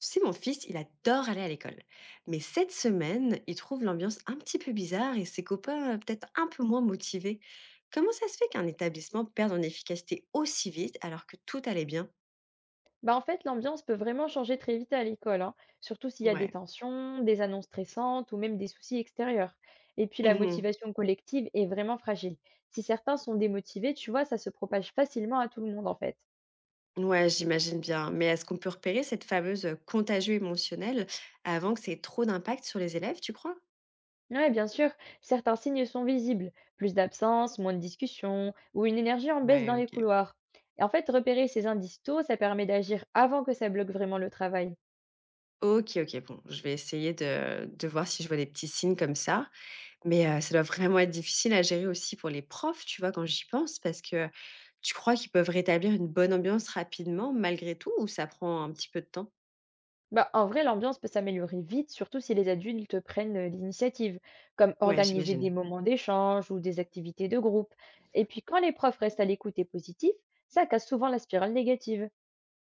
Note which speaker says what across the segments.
Speaker 1: Tu sais, mon fils, il adore aller à l'école. Mais cette semaine, il trouve l'ambiance un petit peu bizarre et ses copains peut-être un peu moins motivés. Comment ça se fait qu'un établissement perde en efficacité aussi vite alors que tout allait bien?
Speaker 2: Bah, en fait, l'ambiance peut vraiment changer très vite à l'école, hein, surtout s'il y a des
Speaker 1: Ouais.
Speaker 2: tensions, des annonces stressantes ou même des soucis extérieurs. Et puis la
Speaker 1: Mhm.
Speaker 2: motivation collective est vraiment fragile. Si certains sont démotivés, tu vois, ça se propage facilement à tout le monde en fait.
Speaker 1: Ouais, j'imagine bien. Mais est-ce qu'on peut repérer cette fameuse contagion émotionnelle avant que ça ait trop d'impact sur les élèves, tu crois?
Speaker 2: Ouais, bien sûr, certains signes sont visibles, plus d'absence, moins de discussions ou une énergie en baisse
Speaker 1: Ouais,
Speaker 2: dans les
Speaker 1: ok.
Speaker 2: couloirs. Et en fait, repérer ces indices tôt, ça permet d'agir avant que ça bloque vraiment le travail.
Speaker 1: Ok, ok, bon, je vais essayer de voir si je vois des petits signes comme ça. Mais ça doit vraiment être difficile à gérer aussi pour les profs, tu vois, quand j'y pense, parce que tu crois qu'ils peuvent rétablir une bonne ambiance rapidement malgré tout ou ça prend un petit peu de temps?
Speaker 2: Bah, en vrai, l'ambiance peut s'améliorer vite, surtout si les adultes prennent l'initiative, comme
Speaker 1: Ouais,
Speaker 2: organiser des
Speaker 1: j'imagine.
Speaker 2: moments d'échange ou des activités de groupe. Et puis quand les profs restent à l'écoute et positifs, ça casse souvent la spirale négative.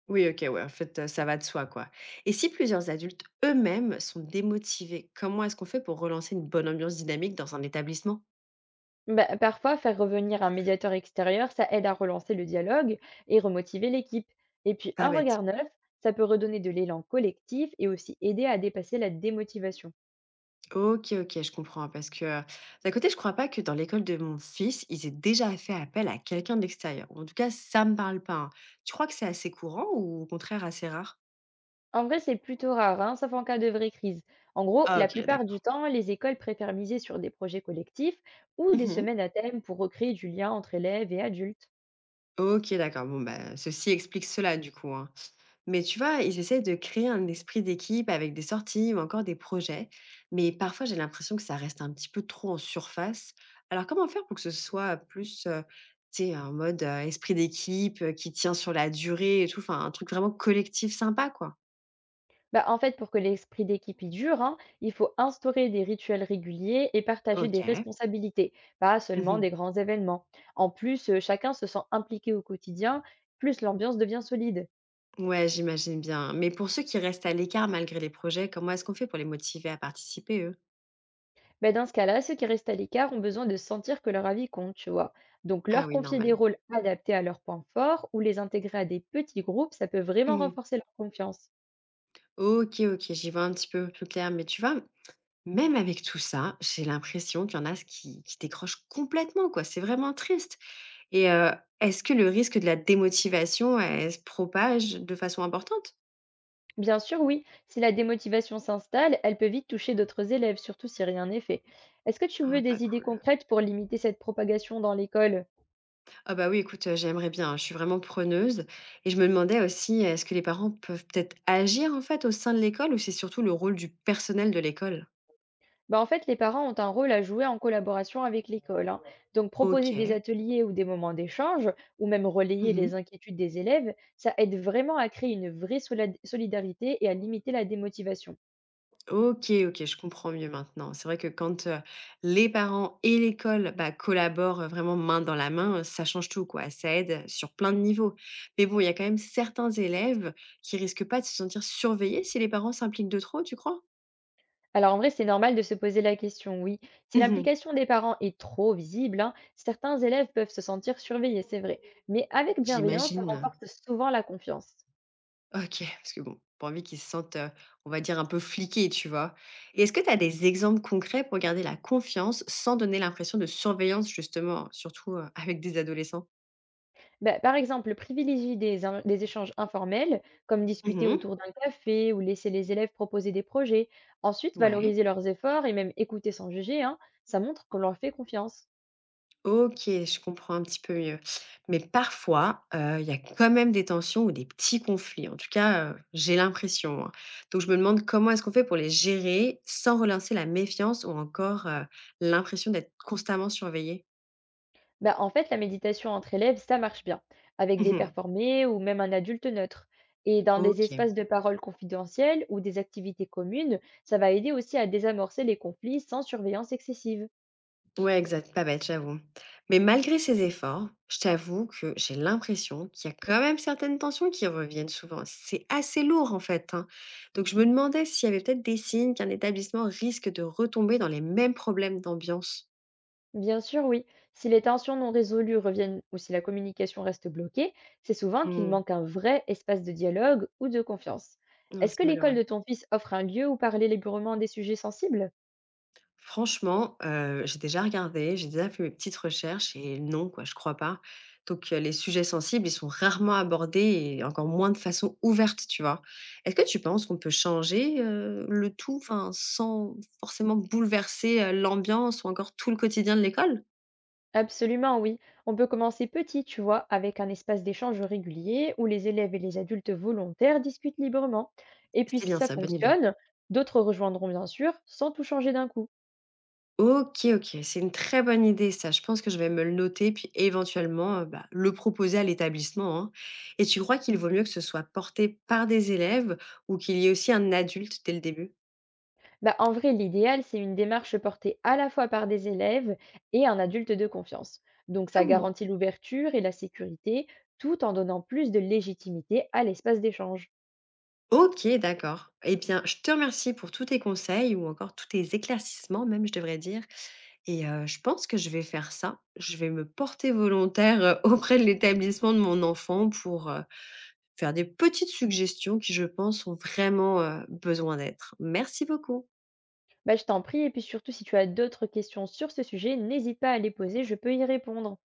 Speaker 1: Oui, OK, ouais, en fait, ça va de soi, quoi. Et si plusieurs adultes eux-mêmes sont démotivés, comment est-ce qu'on fait pour relancer une bonne ambiance dynamique dans un établissement?
Speaker 2: Bah, parfois, faire revenir un médiateur extérieur, ça aide à relancer le dialogue et remotiver l'équipe. Et puis
Speaker 1: Pas
Speaker 2: un
Speaker 1: bête.
Speaker 2: regard neuf, ça peut redonner de l'élan collectif et aussi aider à dépasser la démotivation.
Speaker 1: OK, OK, je comprends hein, parce que, d'un côté, je crois pas que dans l'école de mon fils, ils aient déjà fait appel à quelqu'un de l'extérieur en tout cas, ça me parle pas, hein. Tu crois que c'est assez courant ou au contraire assez rare?
Speaker 2: En vrai, c'est plutôt rare, hein, sauf en cas de vraie crise. En gros,
Speaker 1: Ah
Speaker 2: la
Speaker 1: OK,
Speaker 2: plupart
Speaker 1: d'accord.
Speaker 2: du temps, les écoles préfèrent miser sur des projets collectifs ou des
Speaker 1: Mmh.
Speaker 2: semaines à thème pour recréer du lien entre élèves et adultes.
Speaker 1: OK, d'accord. Bon, bah, ceci explique cela, du coup, hein. Mais tu vois, ils essaient de créer un esprit d'équipe avec des sorties ou encore des projets. Mais parfois, j'ai l'impression que ça reste un petit peu trop en surface. Alors, comment faire pour que ce soit plus, tu sais, en mode esprit d'équipe qui tient sur la durée et tout, enfin, un truc vraiment collectif sympa, quoi.
Speaker 2: Bah, en fait, pour que l'esprit d'équipe y dure, hein, il faut instaurer des rituels réguliers et partager des
Speaker 1: OK.
Speaker 2: responsabilités, pas seulement
Speaker 1: Mhm.
Speaker 2: des grands événements. En plus, chacun se sent impliqué au quotidien, plus l'ambiance devient solide.
Speaker 1: Ouais, j'imagine bien. Mais pour ceux qui restent à l'écart malgré les projets, comment est-ce qu'on fait pour les motiver à participer, eux?
Speaker 2: Beh, dans ce cas-là, ceux qui restent à l'écart ont besoin de sentir que leur avis compte, tu vois. Donc,
Speaker 1: Ah
Speaker 2: leur
Speaker 1: oui,
Speaker 2: confier des
Speaker 1: normal.
Speaker 2: rôles adaptés à leurs points forts ou les intégrer à des petits groupes, ça peut vraiment renforcer leur confiance.
Speaker 1: OK, OK, j'y vois un petit peu plus clair. Mais tu vois, même avec tout ça, j'ai l'impression qu'il y en a qui décrochent complètement, quoi. C'est vraiment triste et est-ce que le risque de la démotivation, elle se propage de façon importante?
Speaker 2: Bien sûr, oui, si la démotivation s'installe, elle peut vite toucher d'autres élèves, surtout si rien n'est fait. Est-ce que tu
Speaker 1: Ah,
Speaker 2: veux
Speaker 1: pas
Speaker 2: des idées
Speaker 1: cool.
Speaker 2: concrètes pour limiter cette propagation dans l'école?
Speaker 1: Ah bah, oui, écoute, j'aimerais bien, hein, je suis vraiment preneuse et je me demandais aussi, est-ce que les parents peuvent peut-être agir, en fait, au sein de l'école ou c'est surtout le rôle du personnel de l'école?
Speaker 2: Bah, en fait, les parents ont un rôle à jouer en collaboration avec l'école, hein. Donc, proposer des
Speaker 1: OK.
Speaker 2: ateliers ou des moments d'échange, ou même relayer
Speaker 1: Mmh.
Speaker 2: les inquiétudes des élèves, ça aide vraiment à créer une vraie solidarité et à limiter la démotivation.
Speaker 1: OK, OK, je comprends mieux maintenant. C'est vrai que quand, les parents et l'école, bah, collaborent, vraiment main dans la main, ça change tout quoi. Ça aide sur plein de niveaux. Mais bon, il y a quand même certains élèves qui risquent pas de se sentir surveillés si les parents s'impliquent de trop, tu crois?
Speaker 2: Alors, en vrai, c'est normal de se poser la question, oui. Si
Speaker 1: Mmh.
Speaker 2: l'implication des parents est trop visible, hein, certains élèves peuvent se sentir surveillés, c'est vrai. Mais avec bienveillance, ça
Speaker 1: J'imagine.
Speaker 2: renforce souvent la confiance.
Speaker 1: OK, parce que bon, pas envie qu'ils se sentent, on va dire un peu fliqués, tu vois? Et est-ce que tu as des exemples concrets pour garder la confiance sans donner l'impression de surveillance justement, surtout, avec des adolescents?
Speaker 2: Bah, par exemple, privilégie des in des échanges informels, comme discuter
Speaker 1: Mmh.
Speaker 2: autour d'un café ou laisser les élèves proposer des projets. Ensuite,
Speaker 1: Ouais.
Speaker 2: valoriser leurs efforts et même écouter sans juger, hein, ça montre qu'on leur fait confiance.
Speaker 1: OK, je comprends un petit peu mieux. Mais parfois, il y a quand même des tensions ou des petits conflits. En tout cas, j'ai l'impression, hein. Donc je me demande comment est-ce qu'on fait pour les gérer sans relancer la méfiance ou encore, l'impression d'être constamment surveillé?
Speaker 2: Bah, en fait, la méditation entre élèves, ça marche bien, avec des
Speaker 1: Mmh.
Speaker 2: performés ou même un adulte neutre. Et dans des
Speaker 1: OK.
Speaker 2: espaces de parole confidentiels ou des activités communes, ça va aider aussi à désamorcer les conflits sans surveillance excessive.
Speaker 1: Ouais, exact, pas bête, j'avoue. Mais malgré ces efforts, je t'avoue que j'ai l'impression qu'il y a quand même certaines tensions qui reviennent souvent. C'est assez lourd en fait, hein. Donc je me demandais s'il y avait peut-être des signes qu'un établissement risque de retomber dans les mêmes problèmes d'ambiance.
Speaker 2: Bien sûr, oui. Si les tensions non résolues reviennent ou si la communication reste bloquée, c'est souvent qu'il
Speaker 1: Mmh.
Speaker 2: manque un vrai espace de dialogue ou de confiance.
Speaker 1: Ah,
Speaker 2: Est-ce que
Speaker 1: c'est
Speaker 2: l'école
Speaker 1: malheureux.
Speaker 2: de ton fils offre un lieu où parler librement des sujets sensibles?
Speaker 1: Franchement, j'ai déjà regardé, j'ai déjà fait mes petites recherches et non quoi, je crois pas. Donc les sujets sensibles, ils sont rarement abordés et encore moins de façon ouverte, tu vois? Est-ce que tu penses qu'on peut changer, le tout, enfin, sans forcément bouleverser, l'ambiance ou encore tout le quotidien de l'école?
Speaker 2: Absolument, oui. On peut commencer petit, tu vois, avec un espace d'échange régulier où les élèves et les adultes volontaires discutent librement. Et puis
Speaker 1: C'est
Speaker 2: si
Speaker 1: bien
Speaker 2: ça
Speaker 1: ça, bonne idée.
Speaker 2: fonctionne, d'autres rejoindront bien sûr, sans tout changer d'un coup.
Speaker 1: OK, OK, c'est une très bonne idée ça. Je pense que je vais me le noter puis éventuellement, bah, le proposer à l'établissement, hein. Et tu crois qu'il vaut mieux que ce soit porté par des élèves ou qu'il y ait aussi un adulte dès le début?
Speaker 2: Bah, en vrai, l'idéal, c'est une démarche portée à la fois par des élèves et un adulte de confiance. Donc, ça
Speaker 1: Comme moi.
Speaker 2: garantit l'ouverture et la sécurité, tout en donnant plus de légitimité à l'espace d'échange.
Speaker 1: OK, d'accord. Eh bien, je te remercie pour tous tes conseils ou encore tous tes éclaircissements même, je devrais dire et je pense que je vais faire ça. Je vais me porter volontaire, auprès de l'établissement de mon enfant pour, faire des petites suggestions qui, je pense, ont vraiment, besoin d'être. Merci beaucoup.
Speaker 2: Bah, je t'en prie, et puis surtout, si tu as d'autres questions sur ce sujet, n'hésite pas à les poser, je peux y répondre.